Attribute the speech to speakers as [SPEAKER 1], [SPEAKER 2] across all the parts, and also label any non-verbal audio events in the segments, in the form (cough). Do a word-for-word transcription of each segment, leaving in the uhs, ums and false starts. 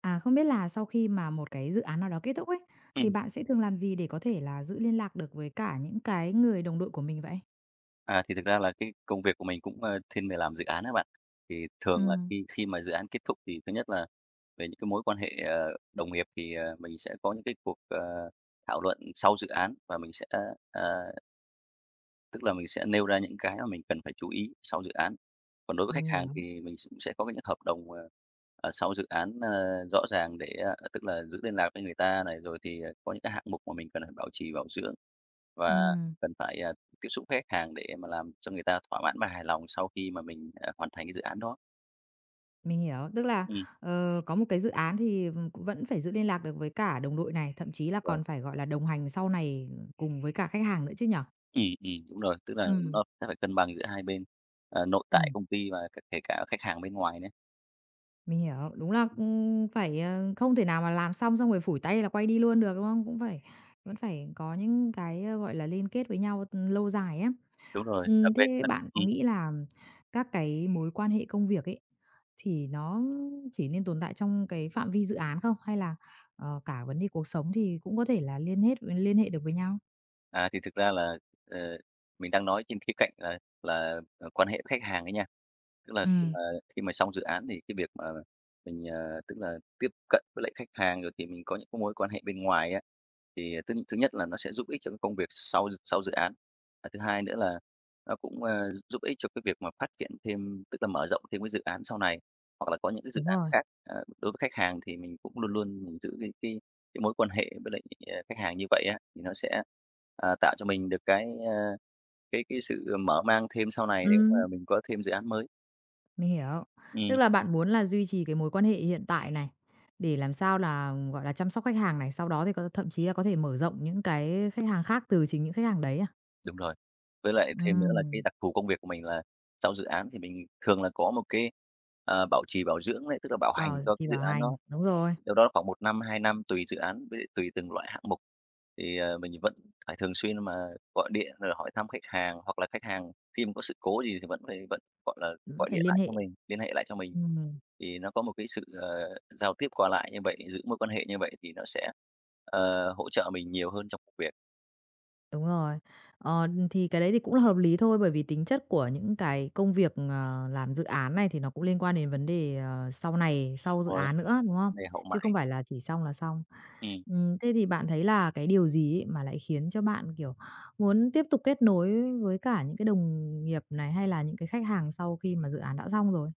[SPEAKER 1] À, không biết là sau khi mà một cái dự án nào đó kết thúc ấy, thì
[SPEAKER 2] Ừm,
[SPEAKER 1] bạn sẽ thường làm gì để có thể là giữ liên lạc được với cả những cái người đồng đội của mình vậy?
[SPEAKER 2] à, thì thực ra là cái công việc của mình cũng, ơ, thiên về làm dự án á bạn. Thì thường là
[SPEAKER 1] Ừm,
[SPEAKER 2] khi khi mà dự án kết thúc thì thứ nhất là về những cái mối quan hệ, ờ, đồng nghiệp thì, ờ, mình sẽ có những cái cuộc, ờ, thảo luận sau dự án và mình sẽ, ờ Tức là mình sẽ nêu ra những cái mà mình cần phải chú ý sau dự án. Còn đối với khách
[SPEAKER 1] mình
[SPEAKER 2] hàng
[SPEAKER 1] hiểu.
[SPEAKER 2] thì mình cũng sẽ có những hợp đồng, ờ, ờ, sau dự án, ơ, rõ ràng để, ờ, tức là giữ liên lạc với người ta này, rồi thì, ờ, có những cái hạng mục mà mình cần phải bảo trì, bảo dưỡng và
[SPEAKER 1] Ừm,
[SPEAKER 2] cần phải, à, tiếp xúc với khách hàng để mà làm cho người ta thỏa mãn và hài lòng sau khi mà mình, à, hoàn thành cái dự án đó.
[SPEAKER 1] mình hiểu. Tức là,
[SPEAKER 2] Ừ,
[SPEAKER 1] ờ, có một cái dự án thì, ừm, cũng vẫn phải giữ liên lạc được với cả đồng đội này, thậm chí
[SPEAKER 2] đúng
[SPEAKER 1] là
[SPEAKER 2] rồi.
[SPEAKER 1] còn phải, gọi là, đồng hành sau này cùng với cả khách hàng nữa chứ nhở?
[SPEAKER 2] Ừm, ừm, đúng rồi, tức là
[SPEAKER 1] Ừm,
[SPEAKER 2] nó sẽ phải cân bằng giữa hai bên, ờ, nội tại
[SPEAKER 1] ừm,
[SPEAKER 2] công ty và c kể cả khách hàng bên ngoài nữa.
[SPEAKER 1] mình hiểu. Đúng là, ừm, phải, ờ, không thể nào mà làm xong xong rồi phủi tay là quay đi luôn được, đúng không? Cũng phải vẫn phải có những cái, ơ, gọi là, liên kết với nhau, lâu dài á.
[SPEAKER 2] Đúng rồi, là
[SPEAKER 1] Ừm,
[SPEAKER 2] bên
[SPEAKER 1] thế bạn
[SPEAKER 2] ừ.
[SPEAKER 1] có nghĩ là các cái mối quan hệ công việc ấy, thì nó chỉ nên tồn tại trong cái phạm vi dự án không? Hay là, ờ, cả vấn đề cuộc sống thì cũng có thể là liên hết liên hệ được với nhau?
[SPEAKER 2] À, thì thực ra là, ờ, mình đang nói trên khía cạnh là là, ờ, quan hệ với khách hàng ấy nha. Tức là khi
[SPEAKER 1] Ừm.
[SPEAKER 2] mà khi mà xong dự án thì cái việc mà mình, ờ, tức là tiếp cận với lại khách hàng, rồi thì mình có những cái mối quan hệ bên ngoài á, thì ờ, thứ thứ nhất là nó sẽ giúp ích cho cái công việc sau sau dự án. Và thứ hai nữa là nó cũng, ờ, giúp ích cho cái việc mà phát triển thêm, tức là mở rộng thêm cái dự án sau này, hoặc là có những cái dự
[SPEAKER 1] Đúng
[SPEAKER 2] án
[SPEAKER 1] rồi.
[SPEAKER 2] khác. Ờ, đối với khách hàng thì mình cũng luôn luôn mình giữ cái cái cái mối quan hệ với lại, ờ, khách hàng như vậy á, thì nó sẽ, ờ, tạo cho mình được cái, ơ, cái cái sự mở mang thêm sau này nếu mà
[SPEAKER 1] Ừm,
[SPEAKER 2] mình có thêm dự án mới.
[SPEAKER 1] mình hiểu.
[SPEAKER 2] Ừm,
[SPEAKER 1] Tức là bạn muốn là duy trì cái mối quan hệ hiện tại này, để làm sao là, gọi là, chăm sóc khách hàng này, sau đó thì có thậm chí là có thể mở rộng những cái khách hàng khác từ chính những khách hàng đấy à?
[SPEAKER 2] đúng rồi. Với lại thêm nữa là cái
[SPEAKER 1] Ừm,
[SPEAKER 2] đặc thù công việc của mình là sau dự án thì mình thường là có một cái, ờ, bảo trì bảo dưỡng đấy, tức là bảo hành
[SPEAKER 1] bảo
[SPEAKER 2] cho cái
[SPEAKER 1] trì
[SPEAKER 2] dự
[SPEAKER 1] bảo
[SPEAKER 2] án nó
[SPEAKER 1] hành, đúng rồi,
[SPEAKER 2] đâu đó khoảng một năm, hai năm tùy dự án với lại tùy từng loại hạng mục. Thì, ờ, mình vẫn phải thường xuyên mà gọi điện rồi hỏi thăm khách hàng, hoặc là khách hàng khi mà có sự cố gì thì vẫn phải vẫn, gọi là,
[SPEAKER 1] vẫn
[SPEAKER 2] gọi
[SPEAKER 1] phải
[SPEAKER 2] điện
[SPEAKER 1] liên
[SPEAKER 2] lại
[SPEAKER 1] hệ.
[SPEAKER 2] cho mình, liên hệ lại cho mình.
[SPEAKER 1] Ừm.
[SPEAKER 2] Thì nó có một cái sự, ờ, giao tiếp qua lại như vậy, giữ mối quan hệ như vậy thì nó sẽ, ờ, hỗ trợ mình nhiều hơn trong công việc,
[SPEAKER 1] Đúng rồi. Ờ, thì cái đấy thì cũng là hợp lý thôi, bởi vì tính chất của những cái công việc, ờ, làm dự án này thì nó cũng liên quan đến vấn đề, ờ, sau này, sau dự
[SPEAKER 2] rồi
[SPEAKER 1] án nữa, đúng không?
[SPEAKER 2] về hậu
[SPEAKER 1] Chứ
[SPEAKER 2] mãi.
[SPEAKER 1] không phải là chỉ xong là xong.
[SPEAKER 2] Ừm.
[SPEAKER 1] Ừm, thế thì bạn thấy là cái điều gì ấy mà lại khiến cho bạn, kiểu, muốn tiếp tục kết nối với cả những cái đồng nghiệp này, hay là những cái khách hàng sau khi mà dự án đã xong rồi?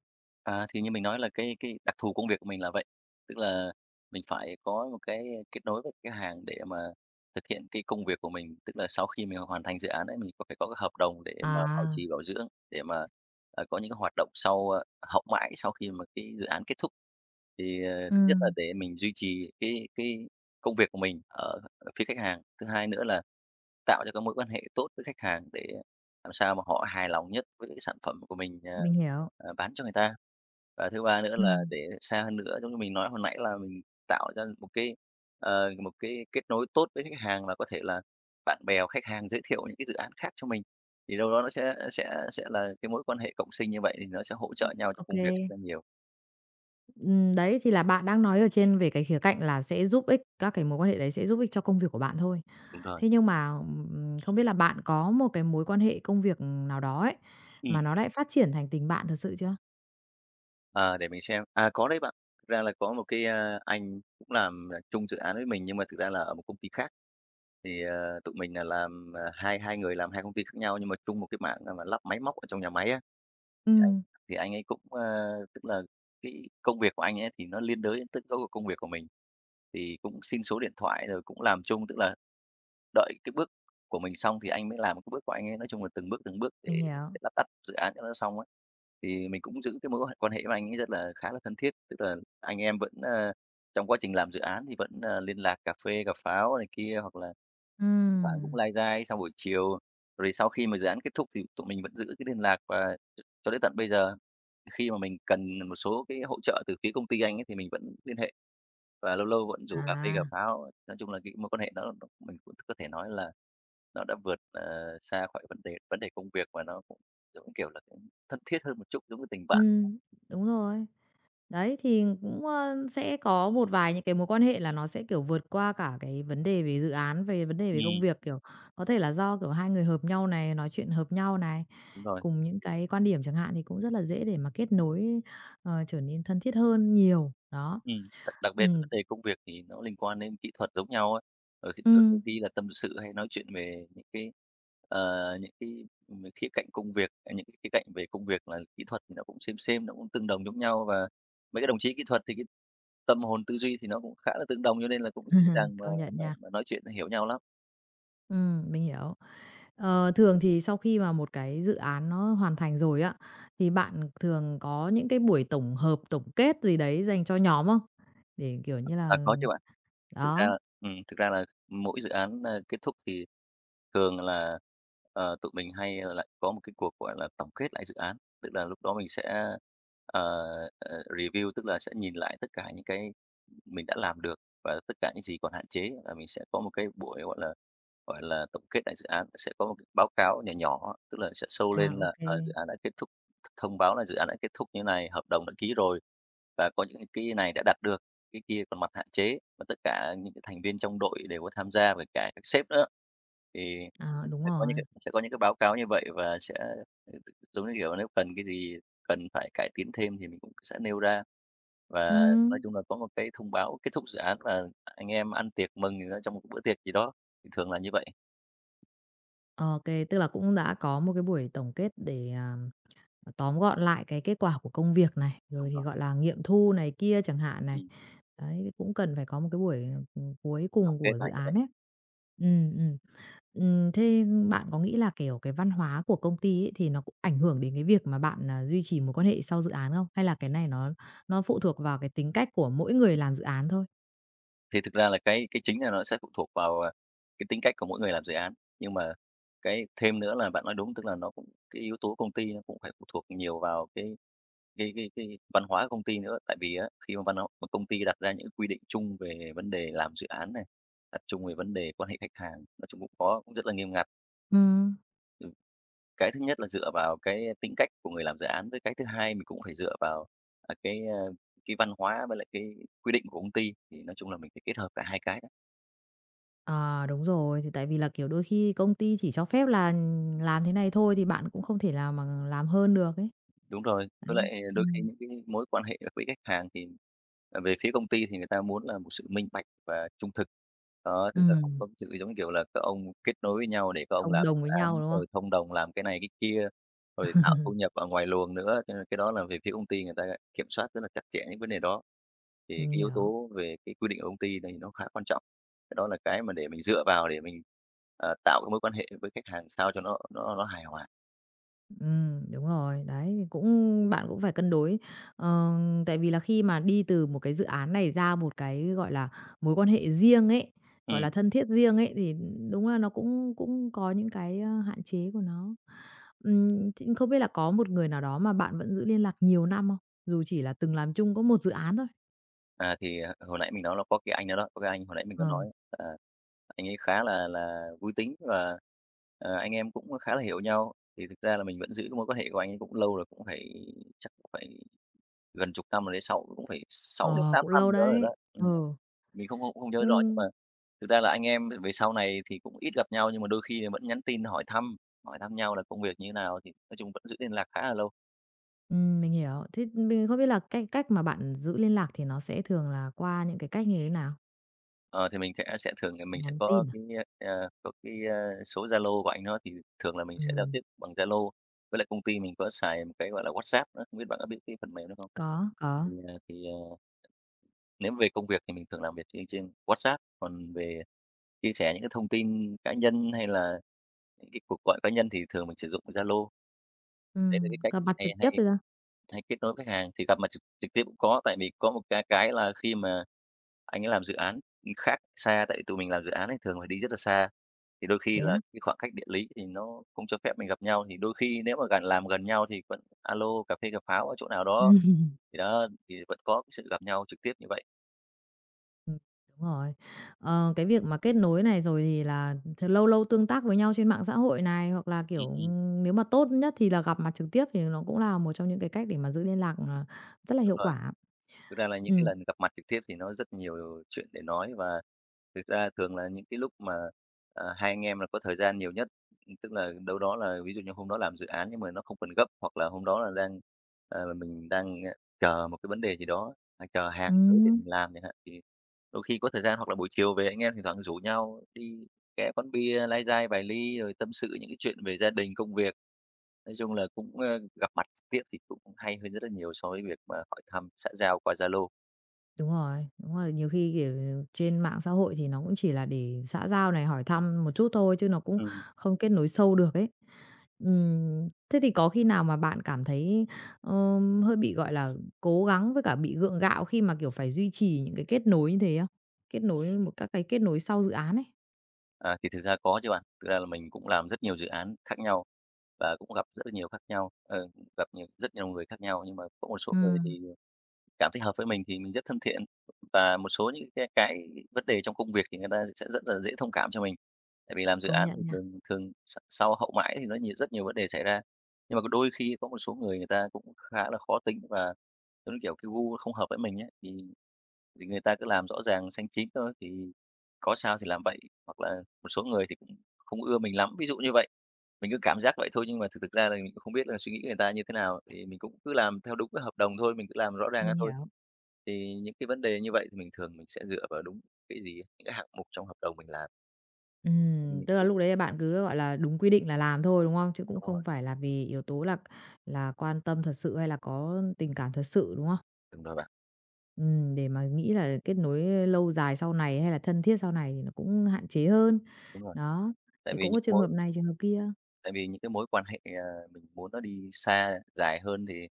[SPEAKER 2] À, thì như mình nói là cái cái đặc thù công việc của mình là vậy, tức là mình phải có một cái kết nối với khách hàng để mà thực hiện cái công việc của mình. Tức là sau khi mình hoàn thành dự án ấy, mình có phải có cái hợp đồng để mà bảo
[SPEAKER 1] À,
[SPEAKER 2] trì, bảo dưỡng, để mà, à, có những cái hoạt động sau, a hậu mãi sau khi mà cái dự án kết thúc. Thì, ờ, thứ nhất là
[SPEAKER 1] ừm,
[SPEAKER 2] để mình duy trì cái cái công việc của mình ở ở phía khách hàng. Thứ hai nữa là tạo cho cái mối quan hệ tốt với khách hàng để làm sao mà họ hài lòng nhất với cái sản phẩm của mình, ờ,
[SPEAKER 1] mình hiểu.
[SPEAKER 2] ờ, bán cho người ta. Và thứ ba nữa là
[SPEAKER 1] Ừm,
[SPEAKER 2] để xa hơn nữa, giống như mình nói hồi nãy là mình tạo ra một cái, ờ, một cái kết nối tốt với khách hàng và có thể là bạn bè của khách hàng giới thiệu những cái dự án khác cho mình. Thì đâu đó nó sẽ sẽ sẽ là cái mối quan hệ cộng sinh như vậy thì nó sẽ hỗ trợ nhau trong
[SPEAKER 1] ô
[SPEAKER 2] công việc rất là nhiều.
[SPEAKER 1] Ừm, đấy, thì là bạn đang nói ở trên về cái khía cạnh là sẽ giúp ích các cái mối quan hệ đấy sẽ giúp ích cho công việc của bạn thôi.
[SPEAKER 2] Đúng rồi.
[SPEAKER 1] Thế nhưng mà, ừm, không biết là bạn có một cái mối quan hệ công việc nào đó ấy,
[SPEAKER 2] Ừ.
[SPEAKER 1] mà nó lại phát triển thành tình bạn thật sự chưa?
[SPEAKER 2] Ờ, để mình xem. À, có đấy bạn. Thực ra là có một cái, a, anh cũng làm, à, chung dự án với mình nhưng mà thực ra là ở một công ty khác. Thì, ờ, tụi mình là làm, à, hai hai người làm hai công ty khác nhau nhưng mà chung một cái mảng là mà lắp máy móc ở trong nhà máy á. Thì anh
[SPEAKER 1] Ừ,
[SPEAKER 2] thì anh ấy cũng, a tức là cái công việc của anh ấy thì nó liên đới đến tất cả các công việc của mình. Thì cũng xin số điện thoại rồi cũng làm chung, tức là đợi cái bước của mình xong thì anh mới làm cái bước của anh ấy, nói chung là từng bước, từng bước để
[SPEAKER 1] mình
[SPEAKER 2] để
[SPEAKER 1] hiểu.
[SPEAKER 2] lát tắt dự án cho nó xong ấy. Thì mình cũng giữ cái mối quan hệ với anh ấy rất là khá là thân thiết, tức là anh em vẫn, ơ, trong quá trình làm dự án thì vẫn, ờ, liên lạc cà phê, cà pháo này kia, hoặc là thỉnh thoảng
[SPEAKER 1] Ừ.
[SPEAKER 2] cũng lai dai sau buổi chiều. Rồi sau khi mà dự án kết thúc thì tụi mình vẫn giữ cái liên lạc và cho đến tận bây giờ. Khi mà mình cần một số cái hỗ trợ từ phía công ty anh ấy thì mình vẫn liên hệ. Và lâu lâu vẫn rủ cà phê cà
[SPEAKER 1] À,
[SPEAKER 2] pháo. Nói chung là cái mối quan hệ đó nó mình cũng có thể nói là nó đã vượt, ờ, xa khỏi vấn đề vấn đề công việc và nó cũng, giống kiểu là, cũng thân thiết hơn một chút giống như tình
[SPEAKER 1] ừ,
[SPEAKER 2] bạn.
[SPEAKER 1] đúng rồi. Đấy, thì cũng, ơ, sẽ có một vài những cái mối quan hệ là nó sẽ, kiểu, vượt qua cả cái vấn đề về dự án, về vấn đề về công
[SPEAKER 2] Ừm,
[SPEAKER 1] việc, kiểu, có thể là do, kiểu, hai người hợp nhau này, nói chuyện hợp nhau này,
[SPEAKER 2] Đúng rồi.
[SPEAKER 1] cùng những cái quan điểm chẳng hạn thì cũng rất là dễ để mà kết nối, ờ, trở nên thân thiết hơn nhiều, đó.
[SPEAKER 2] Ừm. Đặc đặc
[SPEAKER 1] Ừ,
[SPEAKER 2] biệt là vấn đề công việc thì nó liên quan đến kỹ thuật giống nhau ấy, rồi thì đôi đôi
[SPEAKER 1] ừm,
[SPEAKER 2] khi là tâm sự hay nói chuyện về những cái, ờ, những cái, ừm, khía cạnh công việc, à, những cái khía cạnh về công việc là kỹ thuật thì nó cũng xem xem nó cũng tương đồng giống nhau và mấy cái đồng chí kỹ thuật thì cái tâm hồn, tư duy thì nó cũng khá là tương đồng cho nên là cũng dễ dàng mà
[SPEAKER 1] công nhận
[SPEAKER 2] mà
[SPEAKER 1] nha.
[SPEAKER 2] mà nói chuyện hiểu nhau lắm.
[SPEAKER 1] Ừ, mình hiểu. Ờ, thường thì sau khi mà một cái dự án nó hoàn thành rồi á, thì bạn thường có những cái buổi tổng hợp, tổng kết gì đấy dành cho nhóm không? Để, kiểu như
[SPEAKER 2] À,
[SPEAKER 1] là...
[SPEAKER 2] có chứ bạn. Thực ra
[SPEAKER 1] Đó,
[SPEAKER 2] ừm, thực ra là mỗi dự án, a, kết thúc thì thường là, ờ, tụi mình hay là lại có một cái cuộc, gọi là, tổng kết lại dự án. Tức là lúc đó mình sẽ, ờ, ờ, review, tức là sẽ nhìn lại tất cả những cái mình đã làm được và tất cả những gì còn hạn chế, là mình sẽ có một cái buổi, gọi là, gọi là, tổng kết lại dự án. Sẽ có một cái báo cáo nhỏ nhỏ, tức là sẽ sâu
[SPEAKER 1] à,
[SPEAKER 2] lên
[SPEAKER 1] ô
[SPEAKER 2] là, ờ, dự án đã kết thúc, thông báo là dự án đã kết thúc như này, hợp đồng đã ký rồi và có những cái này đã đạt được. Cái kia còn mặt hạn chế, và tất cả những cái thành viên trong đội đều có tham gia và cả các sếp nữa. Thì
[SPEAKER 1] à, đúng
[SPEAKER 2] sẽ có những cái
[SPEAKER 1] rồi.
[SPEAKER 2] sẽ có những cái báo cáo như vậy và sẽ, ừ, giống như kiểu, nếu cần cái gì cần phải cải tiến thêm thì mình cũng sẽ nêu ra. Và nói
[SPEAKER 1] Ừm,
[SPEAKER 2] chung là có một cái thông báo kết thúc dự án và anh em ăn tiệc mừng gì đó trong một bữa tiệc gì đó, thì thường là như vậy.
[SPEAKER 1] ô tức là cũng đã có một cái buổi tổng kết để, à, tóm gọn lại cái kết quả của công việc này,
[SPEAKER 2] Đúng
[SPEAKER 1] rồi thì,
[SPEAKER 2] rồi.
[SPEAKER 1] gọi là, nghiệm thu này kia chẳng hạn này.
[SPEAKER 2] Ừm,
[SPEAKER 1] Đấy, thì cũng cần phải có một cái buổi, ừm, cuối
[SPEAKER 2] tổng
[SPEAKER 1] cùng
[SPEAKER 2] kết
[SPEAKER 1] của dự
[SPEAKER 2] lại.
[SPEAKER 1] án ấy. Ừm, ừm. Ừm, thế bạn có nghĩ là, kiểu, cái văn hóa của công ty ấy thì nó cũng ảnh hưởng đến cái việc mà bạn, à, duy trì mối quan hệ sau dự án không? Hay là cái này nó nó phụ thuộc vào cái tính cách của mỗi người làm dự án thôi?
[SPEAKER 2] Thì thực ra là cái cái chính là nó sẽ phụ thuộc vào, à, cái tính cách của mỗi người làm dự án. Nhưng mà cái thêm nữa là bạn nói đúng, tức là nó cũng cái yếu tố công ty nó cũng phải phụ thuộc nhiều vào cái cái cái cái văn hóa của công ty nữa. Tại vì á, khi mà văn hóa một công ty đặt ra những quy định chung về vấn đề làm dự án này, đặt chung về vấn đề quan hệ khách hàng, nói chung cũng có cũng rất là nghiêm ngặt.
[SPEAKER 1] Ừm.
[SPEAKER 2] Ừm, cái thứ nhất là dựa vào cái tính cách của người làm dự án, với cái thứ hai mình cũng phải dựa vào, à, cái, a, cái văn hóa với lại cái quy định của công ty, thì nói chung là mình phải kết hợp cả hai cái.
[SPEAKER 1] À, đúng rồi, thì tại vì là, kiểu, đôi khi công ty chỉ cho phép là làm thế này thôi thì bạn cũng không thể nào mà làm hơn được ấy.
[SPEAKER 2] Đúng rồi, với
[SPEAKER 1] Đấy,
[SPEAKER 2] lại đôi khi
[SPEAKER 1] ừm,
[SPEAKER 2] những cái mối quan hệ với khách hàng thì, ờ, về phía công ty thì người ta muốn là một sự minh bạch và trung thực. Đó, tức là không
[SPEAKER 1] ừm,
[SPEAKER 2] có sự, giống như kiểu là, các ông kết nối với nhau để các ông
[SPEAKER 1] thông
[SPEAKER 2] làm dự
[SPEAKER 1] đồng với
[SPEAKER 2] án,
[SPEAKER 1] nhau, đúng không?
[SPEAKER 2] rồi thông đồng làm cái này cái kia, rồi tạo thu nhập ở ngoài luồng nữa, cho nên cái đó là về phía công ty người ta kiểm soát rất là chặt chẽ những vấn đề đó. Thì
[SPEAKER 1] Mình
[SPEAKER 2] cái yếu
[SPEAKER 1] hiểu.
[SPEAKER 2] tố về cái quy định ở công ty này nó khá quan trọng. Cái đó là cái mà để mình dựa vào để mình, ờ, tạo cái mối quan hệ với khách hàng sao cho nó nó nó hài hòa.
[SPEAKER 1] Ừm, đúng rồi, đấy, cũng bạn cũng phải cân đối. Ờ, tại vì là khi mà đi từ một cái dự án này ra một cái, gọi là, mối quan hệ riêng ấy, gọi là,
[SPEAKER 2] Ừm.
[SPEAKER 1] thân thiết riêng ấy, thì đúng là nó cũng cũng có những cái, a, hạn chế của nó. Ừm, thì không biết là có một người nào đó mà bạn vẫn giữ liên lạc nhiều năm không? Dù chỉ là từng làm chung có một dự án thôi.
[SPEAKER 2] À, thì, à, hồi nãy mình nói là có cái anh đó đó, có cái anh hồi nãy mình có
[SPEAKER 1] Ờ,
[SPEAKER 2] nói, à, anh ấy khá là là vui tính và, ờ, anh em cũng khá là hiểu nhau. Thì thực ra là mình vẫn giữ cái mối quan hệ của anh ấy cũng lâu rồi, cũng phải chắc cũng phải gần chục năm rồi đấy, sáu cũng phải sáu đến
[SPEAKER 1] ờ,
[SPEAKER 2] tám
[SPEAKER 1] cũng
[SPEAKER 2] năm gì
[SPEAKER 1] lâu
[SPEAKER 2] đó rồi
[SPEAKER 1] đấy.
[SPEAKER 2] đó.
[SPEAKER 1] Ờ,
[SPEAKER 2] Ừm, mình không không không nhớ rõ nhưng mà
[SPEAKER 1] ừm,
[SPEAKER 2] thực ra là anh em về sau này thì cũng ít gặp nhau nhưng mà đôi khi vẫn nhắn tin hỏi thăm, hỏi thăm nhau là công việc như thế nào, thì nói chung vẫn giữ liên lạc khá là lâu.
[SPEAKER 1] ừm, mình hiểu. Thế mình không biết là cách cách mà bạn giữ liên lạc thì nó sẽ thường là qua những cái cách như thế nào?
[SPEAKER 2] Ờ, thì mình sẽ sẽ thường là mình sẽ
[SPEAKER 1] Nhắn
[SPEAKER 2] có
[SPEAKER 1] tin à?
[SPEAKER 2] cái, a, có cái, a, số Zalo của anh đó, thì thường là mình sẽ giao
[SPEAKER 1] Ừm,
[SPEAKER 2] tiếp bằng Zalo. Với lại công ty mình có xài một cái, gọi là, WhatsApp nữa, không biết bạn có biết cái phần mềm đó không?
[SPEAKER 1] có, có,
[SPEAKER 2] Thì, à, thì, à, nếu về công việc thì mình thường làm việc trên trên WhatsApp, còn về chia sẻ những cái thông tin cá nhân hay là những cái cuộc gọi cá nhân thì thường mình sử dụng Zalo. Đấy là
[SPEAKER 1] ừm,
[SPEAKER 2] cái cách
[SPEAKER 1] gặp mặt
[SPEAKER 2] hay
[SPEAKER 1] trực tiếp
[SPEAKER 2] hay
[SPEAKER 1] bây giờ,
[SPEAKER 2] hay kết nối với khách hàng, thì gặp mặt trực trực tiếp cũng có, tại vì có một cái cái là khi mà anh ấy làm dự án, khác xa tại tụi mình làm dự án ấy thường phải đi rất là xa, thì đôi khi
[SPEAKER 1] thế
[SPEAKER 2] là
[SPEAKER 1] á?
[SPEAKER 2] cái khoảng cách địa lý thì nó không cho phép mình gặp nhau, thì đôi khi nếu mà gần làm gần nhau thì vẫn alo cà phê cà pháo ở chỗ nào
[SPEAKER 1] (laughs)
[SPEAKER 2] đó,
[SPEAKER 1] Ừm,
[SPEAKER 2] thì đó, thì vẫn có cái sự gặp nhau trực tiếp như vậy.
[SPEAKER 1] Ừm, đúng rồi. Ờ, cái việc mà kết nối này rồi thì là th lâu lâu tương tác với nhau trên mạng xã hội này, hoặc là,
[SPEAKER 2] Ừm,
[SPEAKER 1] kiểu,
[SPEAKER 2] ừm,
[SPEAKER 1] ừm, nếu mà tốt nhất thì là gặp mặt trực tiếp thì nó cũng là một trong những cái cách để mà giữ liên lạc, ờ, rất là
[SPEAKER 2] đúng
[SPEAKER 1] hiệu
[SPEAKER 2] rồi.
[SPEAKER 1] quả.
[SPEAKER 2] Thực ra là những cái
[SPEAKER 1] Ừm,
[SPEAKER 2] lần gặp mặt trực tiếp thì nó rất nhiều chuyện để nói và thực ra thường là những cái lúc mà, ờ, hai anh em là có thời gian nhiều nhất, tức là đâu đó là ví dụ như hôm đó làm dự án nhưng mà nó không cần gấp, hoặc là hôm đó là đang, ờ, mình đang, à, chờ một cái vấn đề gì đó, à, chờ hàng tới để
[SPEAKER 1] ừm.
[SPEAKER 2] mình làm chẳng hạn, thì đôi khi có thời gian hoặc là buổi chiều về anh em thỉnh thoảng rủ nhau đi ghé quán bia, lai dai vài ly rồi tâm sự những cái chuyện về gia đình, công việc. Nói chung là cũng, ơ, gặp mặt Tiếc thì cũng hay hơn rất là nhiều so với việc mà hỏi thăm xã giao qua Zalo.
[SPEAKER 1] Đúng rồi, đúng rồi, nhiều khi, kiểu, trên mạng xã hội thì nó cũng chỉ là để xã giao này, hỏi thăm một chút thôi chứ nó cũng
[SPEAKER 2] Ừm.
[SPEAKER 1] không kết nối sâu được ấy. Ừm, thế thì có khi nào mà bạn cảm thấy, ờ, hơi bị, gọi là, cố gắng với cả bị gượng gạo khi mà, kiểu, phải duy trì những cái kết nối như thế không? Kết nối một các cái kết nối sau dự án ấy.
[SPEAKER 2] À, thì thực ra có chứ bạn. Thực ra là mình cũng làm rất nhiều dự án khác nhau và cũng gặp rất là nhiều khác nhau, ờ, gặp nhiều rất nhiều người khác nhau, nhưng mà có một số người
[SPEAKER 1] Ừm,
[SPEAKER 2] thì cảm thấy hợp với mình thì mình rất thân thiện và một số những cái cái vấn đề trong công việc thì người ta sẽ rất là dễ thông cảm cho mình. Tại vì làm dự
[SPEAKER 1] công
[SPEAKER 2] án
[SPEAKER 1] nhận
[SPEAKER 2] thì
[SPEAKER 1] nha,
[SPEAKER 2] thường thường s sau hậu mãi thì nó nhiều rất nhiều vấn đề xảy ra. Nhưng mà có đôi khi có một số người người ta cũng khá là khó tính và, giống như kiểu, cái gu không hợp với mình ấy, thì thì người ta cứ làm rõ ràng xanh chín thôi, thì có sao thì làm vậy, hoặc là một số người thì cũng không ưa mình lắm, ví dụ như vậy. Mình cứ cảm giác vậy thôi nhưng mà thực thực ra là mình cũng không biết là suy nghĩ người ta như thế nào, thì mình cũng cứ làm theo đúng cái hợp đồng thôi, mình cứ làm rõ ràng ra
[SPEAKER 1] mình
[SPEAKER 2] thôi.
[SPEAKER 1] hiểu.
[SPEAKER 2] Thì những cái vấn đề như vậy thì mình thường mình sẽ dựa vào đúng cái gì á, những cái hạng mục trong hợp đồng mình làm.
[SPEAKER 1] Ừm,
[SPEAKER 2] Những
[SPEAKER 1] tức là
[SPEAKER 2] cái
[SPEAKER 1] lúc đấy bạn cứ, gọi là, đúng quy định là làm thôi, đúng không? Chứ cũng
[SPEAKER 2] đúng rồi,
[SPEAKER 1] không phải là vì yếu tố là là quan tâm thật sự hay là có tình cảm thật sự, đúng không?
[SPEAKER 2] đúng rồi bạn,
[SPEAKER 1] Ừm, để mà nghĩ là kết nối lâu dài sau này hay là thân thiết sau này thì nó cũng hạn chế hơn.
[SPEAKER 2] đúng rồi.
[SPEAKER 1] Đó,
[SPEAKER 2] Tại
[SPEAKER 1] thì
[SPEAKER 2] vì
[SPEAKER 1] cũng
[SPEAKER 2] những
[SPEAKER 1] có
[SPEAKER 2] cái
[SPEAKER 1] trường
[SPEAKER 2] mối
[SPEAKER 1] hợp này, trường hợp kia.
[SPEAKER 2] Tại vì những cái mối quan hệ, ờ, mình muốn nó đi xa, dài hơn thì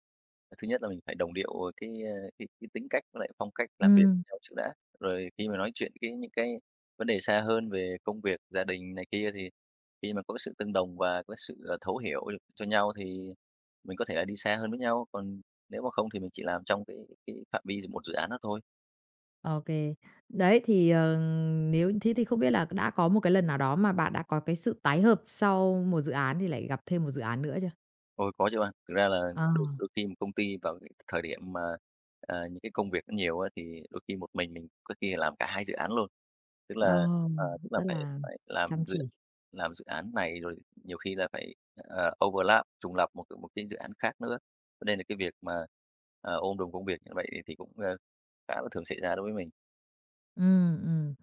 [SPEAKER 2] ờ, thứ nhất là mình phải đồng điệu cái, ơ, cái cái tính cách với lại phong cách làm việc với
[SPEAKER 1] Ừm,
[SPEAKER 2] nhau trước đã. Rồi khi mà nói chuyện cái những cái vấn đề xa hơn về công việc, gia đình này kia thì khi mà có cái sự tương đồng và có sự, ờ, thấu hiểu được cho nhau thì mình có thể là đi xa hơn với nhau, còn nếu mà không thì mình chỉ làm trong cái cái phạm vi một dự án đó thôi.
[SPEAKER 1] ô Đấy, thì, ờ, nếu thế thì không biết là đã có một cái lần nào đó mà bạn đã có cái sự tái hợp sau một dự án thì lại gặp thêm một dự án nữa chưa?
[SPEAKER 2] Ôi, có chứ bạn. Thực ra là
[SPEAKER 1] Ờ,
[SPEAKER 2] đôi đôi khi một công ty vào cái thời điểm mà, à, những cái công việc nó nhiều á, thì đôi khi một mình mình có khi làm cả hai dự án luôn. Tức là,
[SPEAKER 1] ờ,
[SPEAKER 2] ờ, tức là
[SPEAKER 1] rất
[SPEAKER 2] phải
[SPEAKER 1] là
[SPEAKER 2] phải làm
[SPEAKER 1] chăm
[SPEAKER 2] dự
[SPEAKER 1] chỉ.
[SPEAKER 2] làm dự án này rồi nhiều khi là phải, ờ, overlap, trùng lặp một c một cái dự án khác nữa. Cho nên là cái việc mà, ờ, ôm đồm công việc như vậy thì cũng, ơ, khá là thường xảy ra đối với mình.
[SPEAKER 1] Ừm, ừm.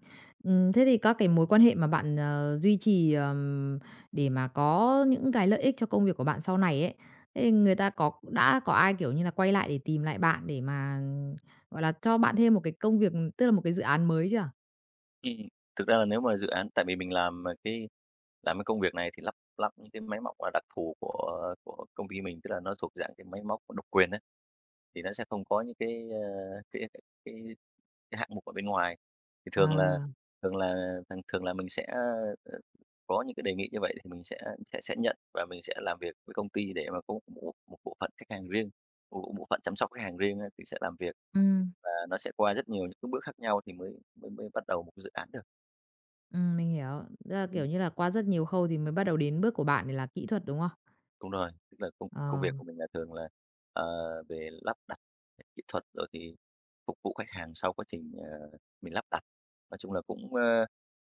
[SPEAKER 1] Ừm, thế thì các cái mối quan hệ mà bạn, ờ, duy trì, ờm, để mà có những cái lợi ích cho công việc của bạn sau này ấy, thế thì người ta có đã có ai, kiểu như là, quay lại để tìm lại bạn để mà, gọi là, cho bạn thêm một cái công việc, tức là một cái dự án mới chưa?
[SPEAKER 2] Ừm, thực ra là nếu mà dự án tại vì mình làm, à, cái làm cái công việc này thì lắp lắp những cái máy móc là đặc thù của của công ty mình, tức là nó thuộc dạng cái máy móc độc quyền đấy thì nó sẽ không có những cái, ơ, cái cái cái cái hạng mục ở bên ngoài. Thì thường là
[SPEAKER 1] Ờ,
[SPEAKER 2] thường là thường thường là mình sẽ, ờ, có những cái đề nghị như vậy thì mình sẽ sẽ sẽ nhận và mình sẽ làm việc với công ty để mà có một bộ- một bộ phận khách hàng riêng, một bộ phận chăm sóc khách hàng riêng á, thì sẽ làm việc.
[SPEAKER 1] ừm,
[SPEAKER 2] Và nó sẽ qua rất nhiều những cái bước khác nhau thì mới mới mới bắt đầu một cái dự án được.
[SPEAKER 1] ừm, mình hiểu. Tức là,
[SPEAKER 2] Ừm,
[SPEAKER 1] kiểu như là, qua rất nhiều khâu thì mới bắt đầu đến bước của bạn để là kỹ thuật, đúng không?
[SPEAKER 2] đúng rồi, tức là công công
[SPEAKER 1] Ờ,
[SPEAKER 2] việc của mình là thường là, ờ, về lắp đặt kỹ thuật rồi thì phục vụ khách hàng sau quá trình, ờ, mình lắp đặt. Nói chung là cũng, ơ,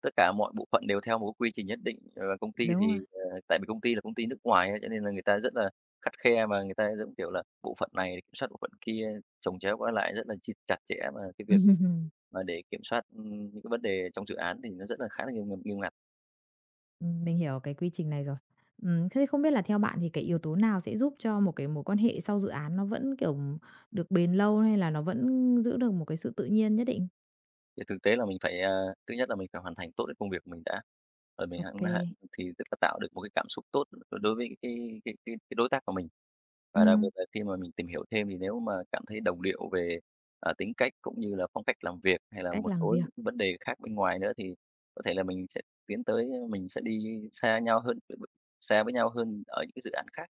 [SPEAKER 2] tất cả mọi bộ phận đều theo một cái quy trình nhất định, ờ, và công ty
[SPEAKER 1] đúng
[SPEAKER 2] thì,
[SPEAKER 1] rồi.
[SPEAKER 2] ờ, tại vì công ty là công ty nước ngoài á, cho nên là người ta rất là khắt khe và người ta giống kiểu là bộ phận này kiểm soát bộ phận kia, chồng chéo qua lại rất là chi chặt chẽ, và cái việc
[SPEAKER 1] (laughs)
[SPEAKER 2] mà để kiểm soát, ừm, những cái vấn đề trong dự án thì nó rất là khá là nghiêm ng nghiêm ngặt.
[SPEAKER 1] Ừm, mình hiểu cái quy trình này rồi. Ừm, thế không biết là theo bạn thì cái yếu tố nào sẽ giúp cho một cái mối quan hệ sau dự án nó vẫn, kiểu, được bền lâu hay là nó vẫn giữ được một cái sự tự nhiên nhất định?
[SPEAKER 2] Thì thực tế là mình phải, ờ, thứ nhất là mình phải hoàn thành tốt cái công việc của mình đã, rồi mình hẵng
[SPEAKER 1] ô kê,
[SPEAKER 2] hãng
[SPEAKER 1] kê.
[SPEAKER 2] thì tức là tạo được một cái cảm xúc tốt đối đối với cái cái cái cái đối tác của mình. Và đặc biệt là khi mà mình tìm hiểu thêm thì nếu mà cảm thấy đồng điệu về, à, tính cách cũng như là phong cách làm việc hay là
[SPEAKER 1] Cách
[SPEAKER 2] một
[SPEAKER 1] làm
[SPEAKER 2] số
[SPEAKER 1] việc.
[SPEAKER 2] những vấn đề khác bên ngoài nữa thì có thể là mình sẽ tiến tới mình sẽ đi xa nhau hơn xa với nhau hơn ở những cái dự án khác.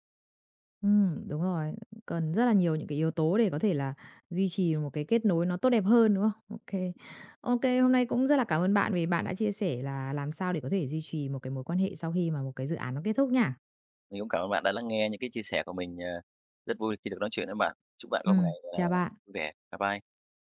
[SPEAKER 1] Ừm, đúng rồi, cần rất là nhiều những cái yếu tố để có thể là duy trì một cái kết nối nó tốt đẹp hơn, đúng không? ô kê, ô kê, hôm nay cũng rất là cảm ơn bạn vì bạn đã chia sẻ là làm sao để có thể duy trì một cái mối quan hệ sau khi mà một cái dự án nó kết thúc nha.
[SPEAKER 2] Mình cũng cảm ơn bạn đã lắng nghe những cái chia sẻ của mình, ờ, rất vui khi được nói chuyện với bạn. Chúc bạn có một ngày,
[SPEAKER 1] Ừm,
[SPEAKER 2] à,
[SPEAKER 1] chào
[SPEAKER 2] vui
[SPEAKER 1] bạn.
[SPEAKER 2] vẻ. Bye bye.